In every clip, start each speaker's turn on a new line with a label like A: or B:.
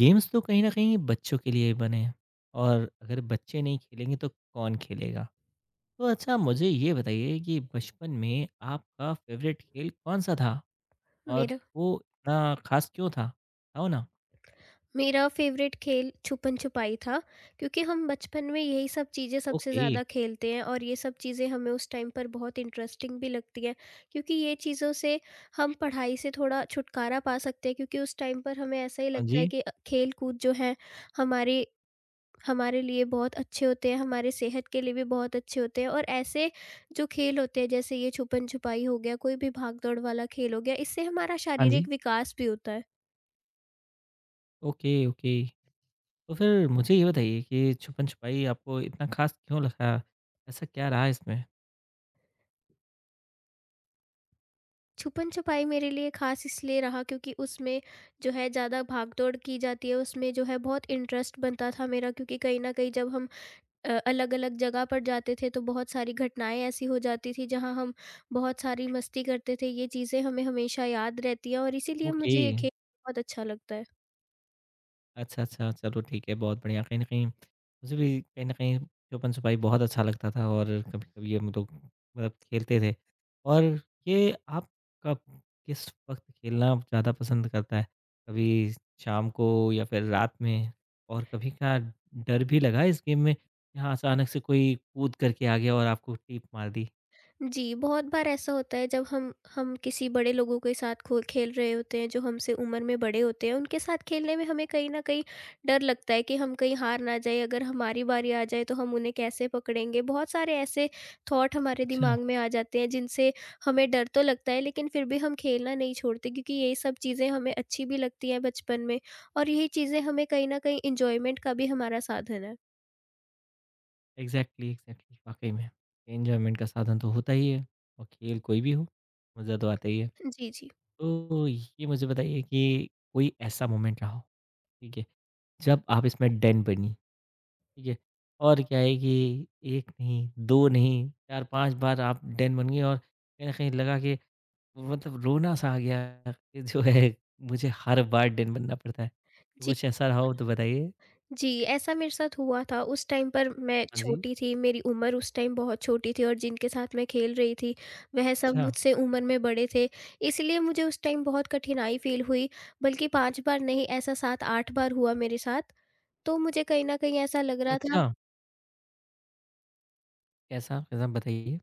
A: Games तो कहीं न कहीं बच्चों के लिए ही बने हैं और अगर बच्चे नहीं खेलेंगे तो कौन खेलेगा? तो अच्छा मुझे ये बताइए कि बचपन में आपका फ़ेवरेट खेल कौन-सा था? और
B: मेरा
A: वो इतना ख़ास क्यों था? बताओ ना।
B: मेरा फेवरेट खेल छुपन छुपाई था क्योंकि हम बचपन में यही सब चीज़ें सबसे
A: ओके।
B: ज़्यादा खेलते हैं और ये सब चीज़ें हमें उस टाइम पर बहुत इंटरेस्टिंग भी लगती है। क्योंकि ये चीज़ों से हम पढ़ाई से थोड़ा छुटकारा पा सकते हैं क्योंकि उस टाइम पर हमें ऐसा ही
A: हाँ
B: लगता है
A: जी।
B: कि खेल कूद जो है हमारे हमारे लिए बहुत अच्छे होते हैं, हमारे सेहत के लिए भी बहुत अच्छे होते हैं और ऐसे जो खेल होते हैं, जैसे ये छुपन छुपाई हो गया, कोई भी भाग दौड़ वाला खेल हो गया, इससे हमारा
A: हाँ
B: शारीरिक
A: जी।
B: विकास भी होता है।
A: Okay, okay. तो फिर मुझे ये बताइए कि छुपन-छुपाई आपको इतना ख़ास क्यों लगा? ऐसा क्या रहा इसमें?
B: छुपन छुपाई मेरे लिए खास इसलिए रहा क्योंकि उसमें जो है ज़्यादा भाग दौड़ की जाती है, उसमें जो है बहुत इंटरेस्ट बनता था मेरा, क्योंकि कहीं न कहीं जब हम अलग-अलग जगह पर जाते थे तो बहुत सारी घटनाएँ ऐसी हो जाती थी जहाँ हम बहुत सारी मस्ती करते थे। ये चीज़ें हमें हमेशा याद रहती हैं और इसीलिए
A: ओके।
B: मुझे ये खेल बहुत अच्छा लगता है।
A: अच्छा, अच्छा। चलो ठीक है, बहुत बढ़िया। कहीं न कहीं मुझे भी कहीं न कहीं छुपन-छुपाई बहुत अच्छा लगता था और कभी-कभी हम लोग मतलब खेलते थे। और ये आप कब किस वक़्त खेलना ज़्यादा पसंद करता है? कभी शाम को या फिर रात में? और कभी क्या डर भी लगा है इस गेम में, यहाँ अचानक से कोई कूद करके आ गया और आपको टीप मार दी?
B: जी, बहुत बार ऐसा होता है जब हम किसी बड़े लोगों के साथ खो खेल रहे होते हैं जो हमसे उम्र में बड़े होते हैं, उनके साथ खेलने में हमें कहीं न कहीं डर लगता है कि हम कहीं हार ना जाएँ, अगर हमारी बारी आ जाए तो हम उन्हें कैसे पकड़ेंगे? बहुत सारे ऐसे थॉट हमारे
A: अच्छा,
B: दिमाग में आ जाते हैं जिनसे हमें डर तो लगता है, लेकिन फिर भी हम खेलना नहीं छोड़ते क्योंकि ये सब चीज़ें हमें अच्छी भी लगती हैं बचपन में, और यही चीज़ें हमें कहीं न कहीं एन्जॉयमेंट का भी हमारा साधन है।
A: एग्ज़ैक्टली, एग्ज़ैक्टली वाक़ई में। एन्जॉयमेंट का साधन तो होता ही है और खेल कोई भी हो, मज़ा तो आता ही है।
B: जी, जी।
A: तो ये मुझे बताइए कि कोई ऐसा मोमेंट रहा हो, ठीक है, जब आप इसमें डेन बनी, ठीक है? और क्या है कि 1 नहीं, 2 नहीं, 4-5 बार आप डेन बन गई और कहीं न कहीं लगा कि मतलब रोना-सा आ गया कि जो है मुझे हर बार डेन बनना पड़ता है। तो
B: जी।
A: कुछ ऐसा रहा हो तो बताइए?
B: जी, ऐसा मेरे साथ हुआ था। उस टाइम पर मैं
A: हाँ जी।
B: छोटी थी, मेरी उम्र उस टाइम बहुत छोटी थी और जिनके साथ मैं खेल रही थी, वह सब
A: अच्छा,
B: मुझसे उम्र में बड़े थे। इसलिए मुझे उस टाइम बहुत कठिनाई फ़ील हुई, बल्कि 5 बार नहीं, ऐसा 7-8 बार हुआ मेरे साथ। तो मुझे कहीं न कहीं ऐसा लग रहा था,
A: अच्छा, कैसा? कैसा बताइए?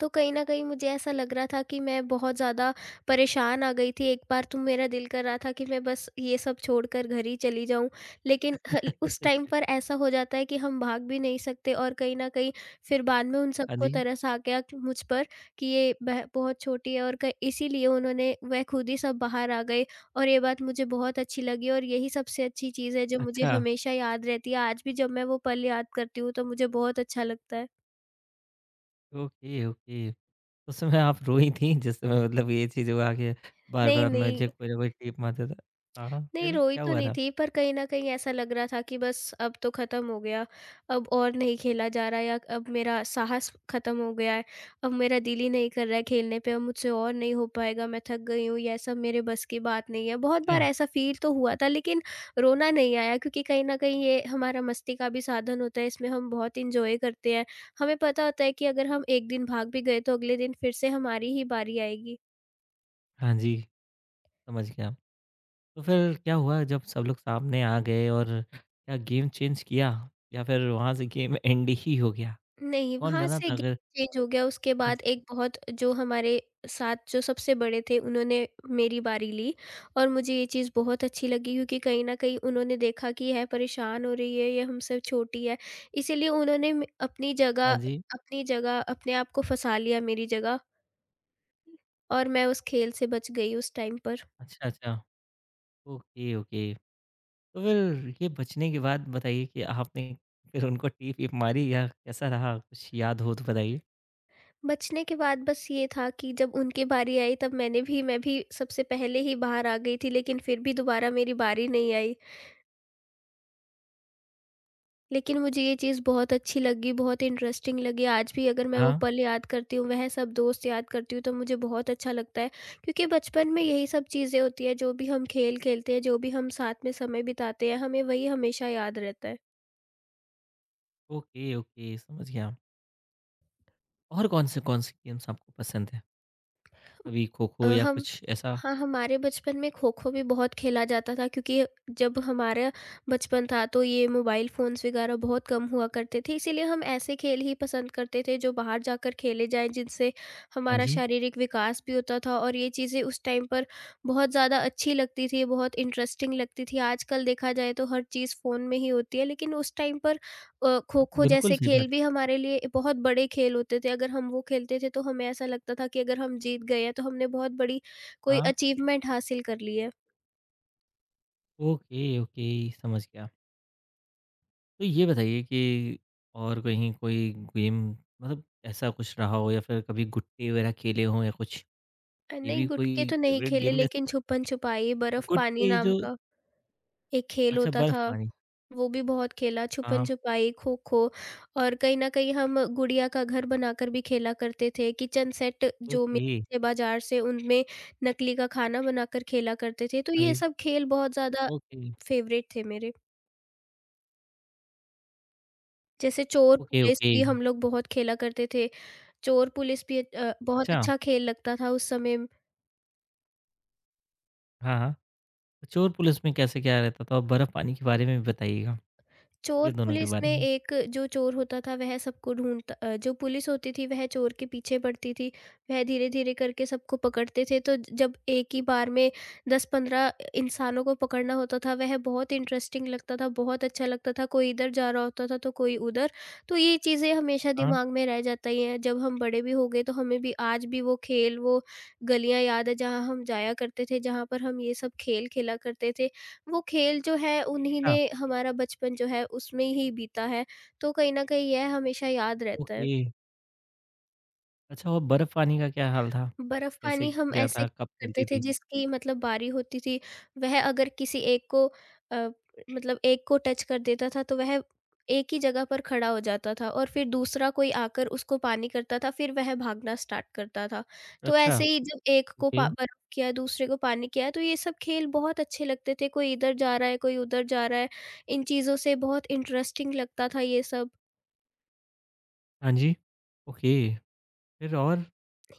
B: तो कहीं न कहीं मुझे ऐसा लग रहा था कि मैं बहुत ज़्यादा परेशान आ गई थी। एक बार तो मेरा दिल कर रहा था कि मैं बस ये सब छोड़कर घर ही चली जाऊँ। लेकिन हल उस टाइम पर ऐसा हो जाता है कि हम भाग भी नहीं सकते, और कहीं न कहीं फिर बाद में उन
A: हाँ
B: सबको
A: जी।
B: तरस आ गया कि मुझ पर, कि ये बह बहुत छोटी है और क इसीलिए उन्होंने वह खुद ही सब बाहर आ गए, और ये बात मुझे बहुत अच्छी लगी, और यही सबसे अच्छी चीज़ है जो मुझे
A: अच्छा,
B: हमेशा याद रहती है। आज भी जब मैं वो पल याद करती हूँ तो मुझे बहुत अच्छा लगता है।
A: Okay, okay. उस समय आप रोई थी जिस समय मतलब ये चीज़ हुआ कि
B: नहीं,
A: बार-बार
B: नहीं।
A: मुझे कोई ना कोई टीप मारता था? हाँ, हाँ,
B: नहीं,
A: फिर
B: रोई
A: क्या
B: तो
A: हुआ
B: नहीं
A: था?
B: थी, पर कहीं न कहीं ऐसा लग रहा था कि बस अब तो ख़त्म हो गया, अब और नहीं खेला जा रहा है, या अब मेरा साहस ख़त्म हो गया है, अब मेरा दिल ही नहीं कर रहा है खेलने पे, अब मुझसे और नहीं हो पाएगा, मैं थक गई हूँ, ये सब मेरे बस की बात नहीं है। बहुत
A: अच्छा।
B: बार ऐसा फ़ील तो हुआ था, लेकिन रोना नहीं आया क्योंकि कहीं न कहीं ये हमारा मस्ती का भी साधन होता है, इसमें हम बहुत एन्जॉय करते हैं। हमें पता होता है कि अगर हम एक दिन भाग भी गए तो अगले दिन फिर से हमारी ही बारी आएगी।
A: हाँ जी, समझ गया। तो फिर क्या हुआ जब सब लोग सामने आ गए और क्या गेम चेंज किया या फिर वहाँ से गेम एंड ही हो गया?
B: नहीं,
A: कौन
B: वहाँ
A: बना
B: से
A: था
B: गे
A: अगर
B: चेंज हो गया। उसके
A: हाँ
B: बाद
A: जी,
B: एक बहुत जो हमारे साथ जो सबसे बड़े थे, उन्होंने मेरी बारी ली, और मुझे ये चीज़ बहुत अच्छी लगी क्योंकि कहीं न कहीं उन्होंने देखा कि यह परेशान हो रही है, ये हमसे छोटी है। इसीलिए उन्होंने म अपनी जगह,
A: हाँ जी।
B: अपने आप को फँसा लिया मेरी जगह, और मैं उस खेल से बच गई उस टाइम पर।
A: अच्छा, अच्छा। Okay, okay. तो फिर ये बचने के बाद बताइए कि आपने फिर उनको टीप-वीप मारी या कैसा रहा? कुछ याद हो तो बताइए?
B: बचने के बाद बस ये था कि जब उनकी बारी आई तब मैं भी सबसे पहले ही बाहर आ गई थी, लेकिन फिर भी दोबारा मेरी बारी नहीं आई। लेकिन मुझे ये चीज़ बहुत अच्छी लगी, बहुत इंटरेस्टिंग लगी। आज भी अगर मैं वो
A: हाँ।
B: पल याद करती हूँ, वह सब दोस्त याद करती हूँ, तो मुझे बहुत अच्छा लगता है। क्योंकि बचपन में यही सब चीज़ें होती हैं, जो भी हम खेल खेलते हैं, जो भी हम साथ में समय बिताते हैं, हमें वही हमेशा याद रहता है।
A: ओके, ओके, समझ गया। और कौन से गेम्स आपको पसंद हैं? कभी
B: अ,
A: खो-खो या
B: हम
A: कुछ ऐसा?
B: हाँ, हमारे बचपन में खो-खो भी बहुत खेला जाता था क्योंकि जब हमारा बचपन था तो ये मोबाइल फ़ोन्स वगैरह बहुत कम हुआ करते थे, इसीलिए हम ऐसे खेल ही पसंद करते थे जो बाहर जाकर खेले जाएँ, जिनसे
A: हाँ
B: हमारा
A: जी।
B: शारीरिक विकास भी होता था, और ये चीज़ें उस टाइम पर बहुत ज़्यादा अच्छी लगती थी, बहुत इंटरेस्टिंग लगती थी। आजकल देखा जाए तो हर चीज़ फ़ोन में ही होती है, लेकिन उस टाइम पर
A: हाँ,
B: खो-खो
A: बिल्कुल
B: जैसे
A: सही बात
B: खेल
A: है।
B: भी हमारे लिए बहुत बड़े खेल होते थे। अगर हम वो खेलते थे तो हमें ऐसा लगता था कि अगर हम जीत गए हैं तो हमने बहुत बड़ी कोई
A: हाँ,
B: अचीवमेंट हासिल कर ली है।
A: ओके, ओके समझ गया। तो ये बताइए कि और कहीं कोई गेम मतलब ऐसा कुछ रहा हो या फिर कभी गुट्टे वगैरह खेले हों या कुछ? ये
B: नहीं,
A: भी
B: गुटके
A: कोई
B: तो नहीं
A: फेवरेट
B: खेले,
A: गेम में
B: लेकिन छुपन-छुपाई, बर्फ पानी
A: गुट्टे
B: नाम
A: जो
B: का एक खेल
A: अच्छा
B: होता
A: बर्फ
B: था,
A: पानी।
B: वो भी बहुत खेला।
A: हाँ,
B: छुपन-छुपाई, खो-खो, और कहीं न कहीं हम गुड़िया का घर बनाकर भी खेला करते थे। किचन सेट जो
A: ओके।
B: मिलते थे बाज़ार से, उनमें नकली का खाना बनाकर खेला करते थे। तो
A: हाँ
B: ये
A: जी।
B: सब खेल बहुत ज़्यादा
A: ओके,
B: फ़ेवरेट थे मेरे। जैसे चोर
A: ओके,
B: पुलिस
A: ओके।
B: भी हम लोग बहुत खेला करते थे। चोर पुलिस भी बहुत
A: अच्छा,
B: अच्छा खेल लगता था उस समय।
A: हाँ, हाँ। चोर पुलिस में कैसे क्या रहता था? और बर्फ पानी के बारे में भी बताइएगा, ये
B: चोर
A: दोनों के
B: पुलिस में
A: बारे में।
B: एक जो चोर होता था वह सबको जो पुलिस होती थी वह चोर के पीछे पड़ती थी। वह धीरे-धीरे करके सबको पकड़ते थे, तो जब एक ही बार में 10-15 इंसानों को पकड़ना होता था, वह बहुत इंटरेस्टिंग लगता था, बहुत अच्छा लगता था। कोई इधर जा रहा होता था तो कोई उधर। तो ये चीज़ें हमेशा
A: हाँ,
B: दिमाग में रह जाती हैं। जब हम बड़े भी हो गए तो हमें भी आज भी वो खेल, वो गलियाँ याद है जहाँ हम जाया करते थे, जहाँ पर हम ये सब खेल खेला करते थे। वो खेल जो है उन्हीं
A: अच्छा।
B: ने हमारा बचपन जो है उसमें ही बीता है, तो कहीं न कहीं यह हमेशा याद रहता है।
A: ओके। अच्छा और बर्फ पानी का क्या हाल था? कैसे
B: बर्फ़-पानी हम
A: क्या
B: ऐसे
A: था? कब चलती
B: करते थे,
A: थी?
B: जिसकी मतलब बारी होती थी, वह अगर किसी एक को अ, मतलब एक को टच कर देता था तो वह एक ही जगह पर खड़ा हो जाता था, और फिर दूसरा कोई आकर उसको पानी करता था, फिर वह भागना स्टार्ट करता था। तो
A: अच्छा,
B: ऐसे ही जब एक को
A: ओके।
B: पा बर्फ़ किया, दूसरे को पानी किया, तो ये सब खेल बहुत अच्छे लगते थे। कोई इधर जा रहा है, कोई उधर जा रहा है, इन चीज़ों से बहुत इंटरेस्टिंग लगता था ये सब।
A: हाँ जी। ओके, फिर और?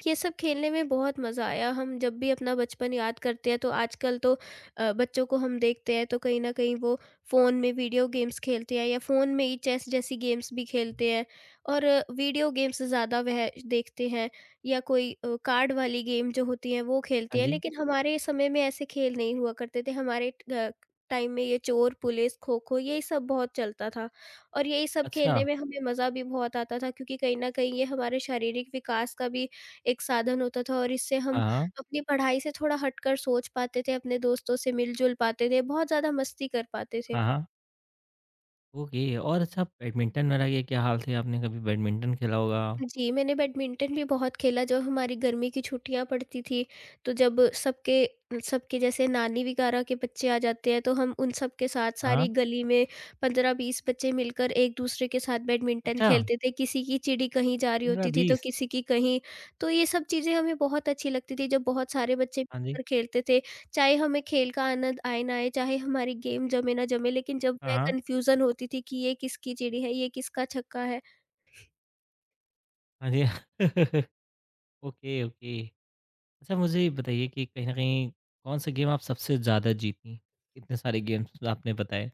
B: ये सब खेलने में बहुत मज़ा आया। हम जब भी अपना बचपन याद करते हैं तो आजकल तो बच्चों को हम देखते हैं तो कहीं न कहीं वो फ़ोन में वीडियो गेम्स खेलते हैं, या फ़ोन में ही चेस जैसी गेम्स भी खेलते हैं, और वीडियो गेम्स ज़्यादा वह देखते हैं, या कोई कार्ड वाली गेम जो होती हैं वो
A: हाँ
B: खेलते हैं।
A: जी।
B: लेकिन हमारे समय में ऐसे खेल नहीं हुआ करते थे। हमारे टाइम में ये चोर पुलिस, खो-खो, यही सब बहुत चलता था, और यही सब
A: अच्छा।
B: खेलने में हमें मज़ा भी बहुत आता था, क्योंकि कहीं न कहीं ये हमारे शारीरिक विकास का भी एक साधन होता था, और इससे
A: हाँ,
B: हम
A: हाँ।
B: अपनी पढ़ाई से थोड़ा हटकर सोच पाते थे, अपने दोस्तों से मिल-जुल पाते थे, बहुत ज़्यादा मस्ती कर पाते थे।
A: हाँ, हाँ। ओके और अच्छा बैडमिंटन वाला ये क्या हाल थे? आपने कभी बैडमिंटन खेला होगा?
B: जी, मैंने बैडमिंटन भी बहुत खेला। जब हमारी गर्मी की छुट्टियाँ पड़ती थी, तो जब सबके सबके जैसे नानी वगैरह के बच्चे आ जाते हैं तो हम उन सब के साथ
A: हाँ।
B: सारी गली में 15-20 बच्चे मिलकर एक-दूसरे के साथ बैडमिंटन
A: अच्छा
B: खेलते थे। किसी की चिड़ी कहीं जा रही होती थी तो
A: 15-20
B: किसी की कहीं, तो ये सब चीज़ें हमें बहुत अच्छी लगती थी जब बहुत सारे बच्चे
A: हाँ जी।
B: मिलकर खेलते थे। चाहे हमें खेल का आनंद आए ना आए, चाहे हमारी गेम जमे ना जमे, लेकिन जब
A: हाँ,
B: वह
A: हाँ।
B: कन्फ्यूज़न होती थी कि ये किसकी चिड़ी है, ये किसका छक्का है,
A: हाँ जी। Okay, okay. अच्छा मुझे ये बताइए कि कहीं न कहीं कौन-सा गेम आप सबसे ज़्यादा जीतीं? इतने सारे गेम्स आपने बताए,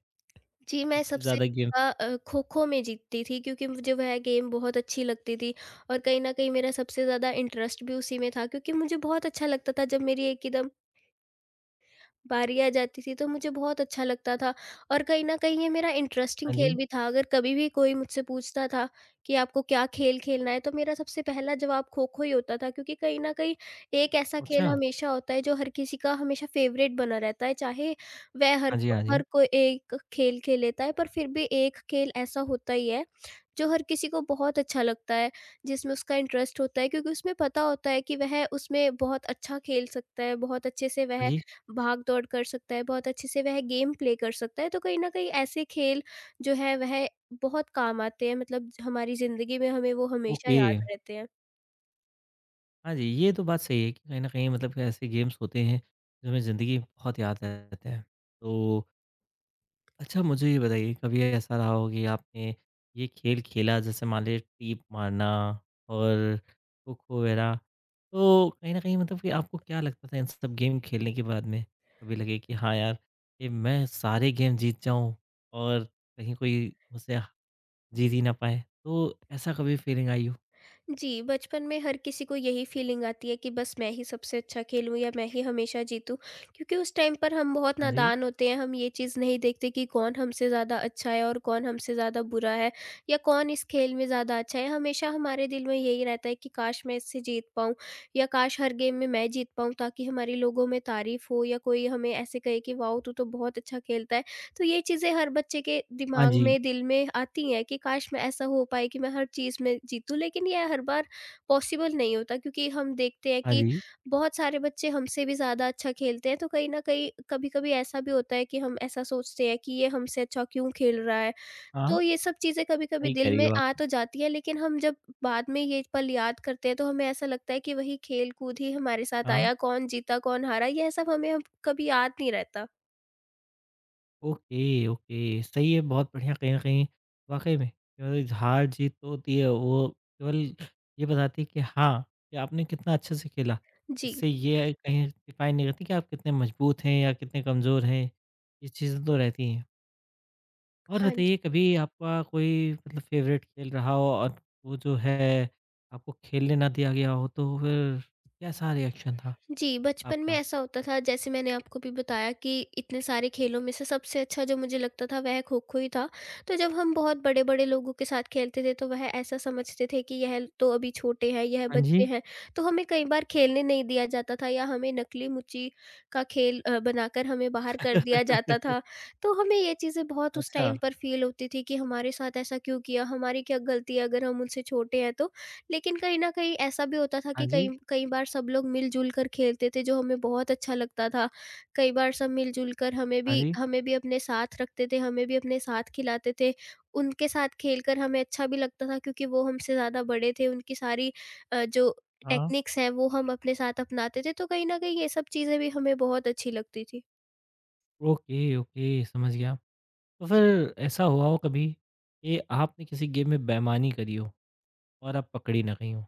B: जी, मैं
A: सबसे
B: सबसे
A: ज़्यादा गेम्स
B: ज़्यादा खो-खो में जीतती थी, क्योंकि मुझे वह गेम बहुत अच्छी लगती थी, और कहीं न कहीं मेरा सबसे ज़्यादा इंटरेस्ट भी उसी में था, क्योंकि मुझे बहुत अच्छा लगता था जब मेरी एक एकदम बारी आ जाती थी तो मुझे बहुत अच्छा लगता था, और कहीं न कहीं ये मेरा इंटरेस्टिंग
A: हाँ
B: खेल
A: जी।
B: भी था। अगर कभी भी कोई मुझसे पूछता था कि आपको क्या खेल खेलना है? तो मेरा सबसे पहला जवाब खो-खो ही होता था, क्योंकि कहीं न कहीं एक ऐसा
A: अच्छा।
B: खेल हमेशा होता है जो हर किसी का हमेशा फ़ेवरेट बना रहता है। चाहे वह
A: हाँ
B: हर
A: जी, हाँ जी।
B: हर कोई एक खेल खेल लेता है, पर फिर भी एक खेल ऐसा होता ही है, जो हर किसी को बहुत अच्छा लगता है, जिसमें उसका इंटरेस्ट होता है, क्योंकि उसमें पता होता है कि वह उसमें बहुत अच्छा खेल सकता है, बहुत अच्छे से
A: हाँ
B: वह
A: जी,
B: भाग दौड़ कर सकता है, बहुत अच्छे से वह गेम प्ले कर सकता है। तो कहीं न कहीं ऐसे खेल जो है वह बहुत काम आते हैं, मतलब हमारी ज़िंदगी में हमें वो हमेशा
A: ओके।
B: याद रहते हैं।
A: हाँ जी, ये तो बात सही है कि कहीं न कहीं मतलब कि ऐसे गेम्स होते हैं, जो हमें ज़िंदगी में बहुत याद रहते हैं। तो अच्छा मुझे ये बताइए कभी ऐसा रहा हो कि आपने ये खेल खेला जैसे मान लीजिए टीप मारना और खो-खो वगैरह, तो कहीं न कहीं मतलब कि आपको क्या लगता था इन सब गेम खेलने के बाद में? कभी लगे कि हाँ यार, ये मैं सारे गेम जीत जाऊँ और कहीं कोई मुझसे जीत ही ना पाए, तो ऐसा कभी फीलिंग आई हो?
B: जी, बचपन में हर किसी को यही फीलिंग आती है कि बस मैं ही सबसे अच्छा खेलूँ या मैं ही हमेशा जीतूँ। क्योंकि उस टाइम पर हम बहुत
A: हाँ जी।
B: नादान होते हैं, हम ये चीज़ नहीं देखते कि कौन हमसे ज़्यादा अच्छा है और कौन हमसे ज़्यादा बुरा है, या कौन इस खेल में ज़्यादा अच्छा है। हमेशा हमारे दिल में यही रहता है कि काश मैं इससे जीत पाऊँ, या काश हर गेम में मैं जीत पाऊँ, ताकि हमारी लोगों में तारीफ़ हो, या कोई हमें ऐसे कहे कि वाओ! तू तो बहुत अच्छा खेलता है। तो ये चीज़ें हर बच्चे के
A: हाँ
B: दिमाग
A: जी,
B: में, दिल में आती हैं कि काश मैं ऐसा हो पाए कि मैं हर चीज़ में जीतूँ। लेकिन ये हर बार पॉसिबल नहीं होता, क्योंकि हम देखते हैं
A: हाँ
B: कि
A: जी।
B: बहुत सारे बच्चे हमसे भी ज़्यादा अच्छा खेलते हैं। तो कहीं न कहीं कभी-कभी ऐसा भी होता है कि हम ऐसा सोचते हैं कि ये हमसे अच्छा क्यों खेल रहा है?
A: हाँ,
B: तो ये सब चीज़ें कभी-कभी
A: सही कह
B: दिल
A: रही
B: में
A: हो
B: आ
A: आप।
B: तो जाती हैं, लेकिन हम जब बाद में ये पल याद करते हैं तो हमें ऐसा लगता है कि वही खेल-कूद ही हमारे साथ
A: हाँ,
B: आया, कौन जीता, कौन हारा, यह सब हमें अब कभी याद नहीं रहता।
A: ओके, ओके, सही है, बहुत बढ़िया कहीं न कहीं वाक़ई में केवल हार-जीत तो होती है, वो केवल ये बताती है कि हाँ, कि आपने कितना अच्छे से खेला।
B: जी।
A: इससे ये कहीं डिफ़ाइन नहीं करती कि आप कितने मजबूत हैं या कितने कमज़ोर हैं, ये चीज़ें तो रहती हैं। और
B: हाँ
A: बताइए
B: जी।
A: कभी आपका कोई मतलब फ़ेवरेट खेल रहा हो और वो जो है आपको खेलने ना दिया गया हो, तो फिर कैसा रिएक्शन था
B: जी, बचपन में
A: आपका?
B: ऐसा होता था, जैसे मैंने आपको भी बताया कि इतने सारे खेलों में से सबसे अच्छा जो मुझे लगता था वह खो-खो ही था। तो जब हम बहुत बड़े-बड़े लोगों के साथ खेलते थे तो वह ऐसा समझते थे कि यह तो अभी छोटे हैं, यह
A: हाँ
B: बच्चे
A: जी।
B: हैं। तो हमें कई बार खेलने नहीं दिया जाता था, या हमें नकली मुची का खेल बनाकर हमें बाहर कर दिया जाता था। तो हमें ये चीज़ें बहुत उस
A: अच्छा,
B: टाइम पर फ़ील होती थी कि हमारे साथ ऐसा क्यों किया? हमारी क्या गलती है अगर हम उनसे छोटे हैं तो? लेकिन कहीं न कहीं ऐसा भी होता था
A: हाँ
B: कि कई
A: जी।
B: कई बार सब लोग मिल-जुल कर खेलते थे, जो हमें बहुत अच्छा लगता था। कई बार सब मिल-जुल कर हमें
A: हाँ
B: भी
A: जी।
B: हमें भी अपने साथ रखते थे, हमें भी अपने साथ खिलाते थे। उनके साथ खेलकर हमें अच्छा भी लगता था, क्योंकि वो हमसे ज़्यादा बड़े थे, उनकी सारी जो
A: हाँ।
B: टेक्निक्स हैं वो हम अपने साथ अपनाते थे, तो कहीं न कहीं ये सब चीज़ें भी हमें बहुत अच्छी लगती थी।
A: ओके, ओके समझ गया। तो फिर ऐसा हुआ हो कभी कि आपने किसी गेम में बेईमानी करी हो और आप पकड़ी ना गई हो?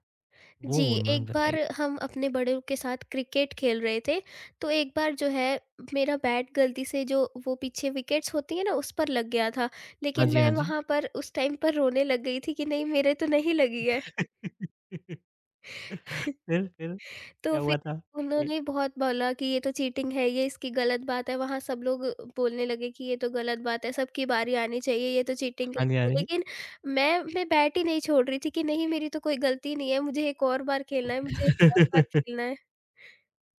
A: वो
B: जी, एक
A: मोमेंट
B: बार
A: बताइए?
B: हम अपने बड़ों के साथ क्रिकेट खेल रहे थे, तो एक बार जो है मेरा बैट गलती से जो वो पीछे विकेट्स होती हैं ना उस पर लग गया था,
A: हाँ
B: लेकिन
A: जी,
B: मैं
A: हाँ जी।
B: वहाँ पर उस टाइम पर रोने लग गई थी कि नहीं, मेरे तो नहीं लगी है।
A: फिर
B: तो
A: क्या
B: फिर
A: हुआ था? ए
B: उन्होंने बहुत बोला कि ये तो चीटिंग है, ये इसकी गलत बात है, वहाँ सब लोग बोलने लगे कि ये तो गलत बात है, सबकी बारी आनी चाहिए, ये तो चीटिंग
A: हाँ जी, हाँ
B: है।
A: जी।
B: लेकिन मैं बैट ही नहीं छोड़ रही थी कि नहीं, मेरी तो कोई गलती नहीं है, मुझे एक और बार खेलना है, मुझे एक और बार खेलना है।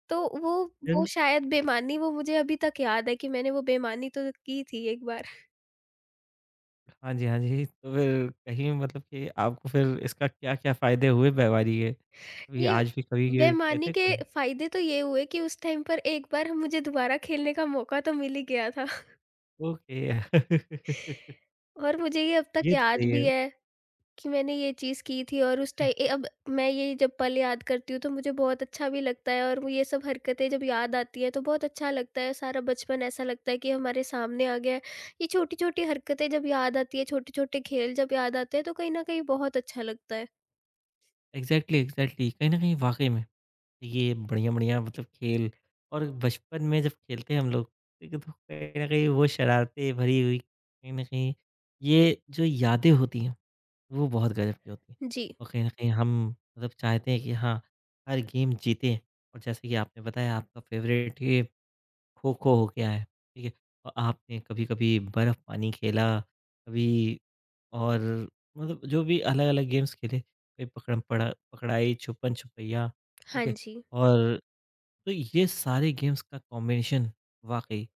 B: तो वो वो
A: फिर?
B: शायद बेईमानी वो मुझे अभी तक याद है कि मैंने वो बेईमानी तो की थी एक बार।
A: हाँ जी, हाँ जी। तो फिर कहीं मतलब कि आपको फिर इसका क्या-क्या फ़ायदे हुए बेईमानी के? कभी
B: ये
A: आज भी कभी ये
B: बेईमानी
A: कहते
B: के
A: कोई?
B: फ़ायदे तो ये हुए कि उस टाइम पर एक बार मुझे दोबारा खेलने का मौका तो मिल ही गया था।
A: ओके।
B: और मुझे ये अब तक
A: ये तो
B: याद
A: सही
B: भी
A: है।
B: है। कि मैंने ये चीज़ की थी और उस
A: अच्छा।
B: टाइ ए अब मैं ये जब पल याद करती हूँ तो मुझे बहुत अच्छा भी लगता है, और वो ये सब हरकतें जब याद आती हैं तो बहुत अच्छा लगता है। सारा बचपन ऐसा लगता है कि हमारे सामने आ गया है। ये छोटी-छोटी हरकतें जब याद आती है, छोटे-छोटे खेल जब याद आते हैं तो कहीं न कहीं बहुत अच्छा लगता है।
A: Exactly, exactly. कहीं न कहीं वाक़ई में। ये बढ़िया-बढ़िया मतलब खेल और बचपन में जब खेलते हैं हम लोग, ठीक है, तो कहीं न कहीं वो शरारतें भरी हुई कहीं न कहीं ये जो यादें होती हैं, वो बहुत गज़ब की होती हैं।
B: जी।
A: और कहीं न कहीं हम मतलब चाहते हैं कि हाँ, हर गेम जीतें और जैसे कि आपने बताया आपका फ़ेवरेट ये खो-खो हो गया है, ठीक है? और आपने कभी-कभी बर्फ़ पानी खेला, कभी और मतलब जो भी अलग-अलग गेम्स खेले, कभी पकड़म पड़ा पकड़ाई, छुपन-छुपैया, ठीक
B: हाँ
A: है?
B: जी।
A: और तो ये सारे गेम्स का कॉम्बिनेशन वाकई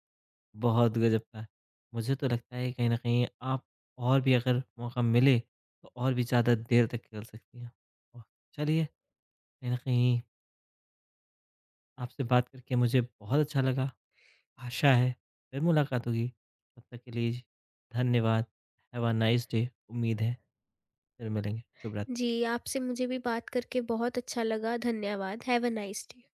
A: बहुत गजब का है। मुझे तो लगता है कहीं न कहीं आप और भी अगर मौका मिले तो और भी ज़्यादा देर तक खेल सकती हैं। और चलिए कहीं न कहीं आपसे बात करके मुझे बहुत अच्छा लगा। आशा है फिर मुलाकात होगी। तब तक के लिए धन्यवाद। Have a nice day. उम्मीद है फिर मिलेंगे। शुभ रात्रि।
B: जी, आपसे मुझे भी बात करके बहुत अच्छा लगा। धन्यवाद। Have a nice day.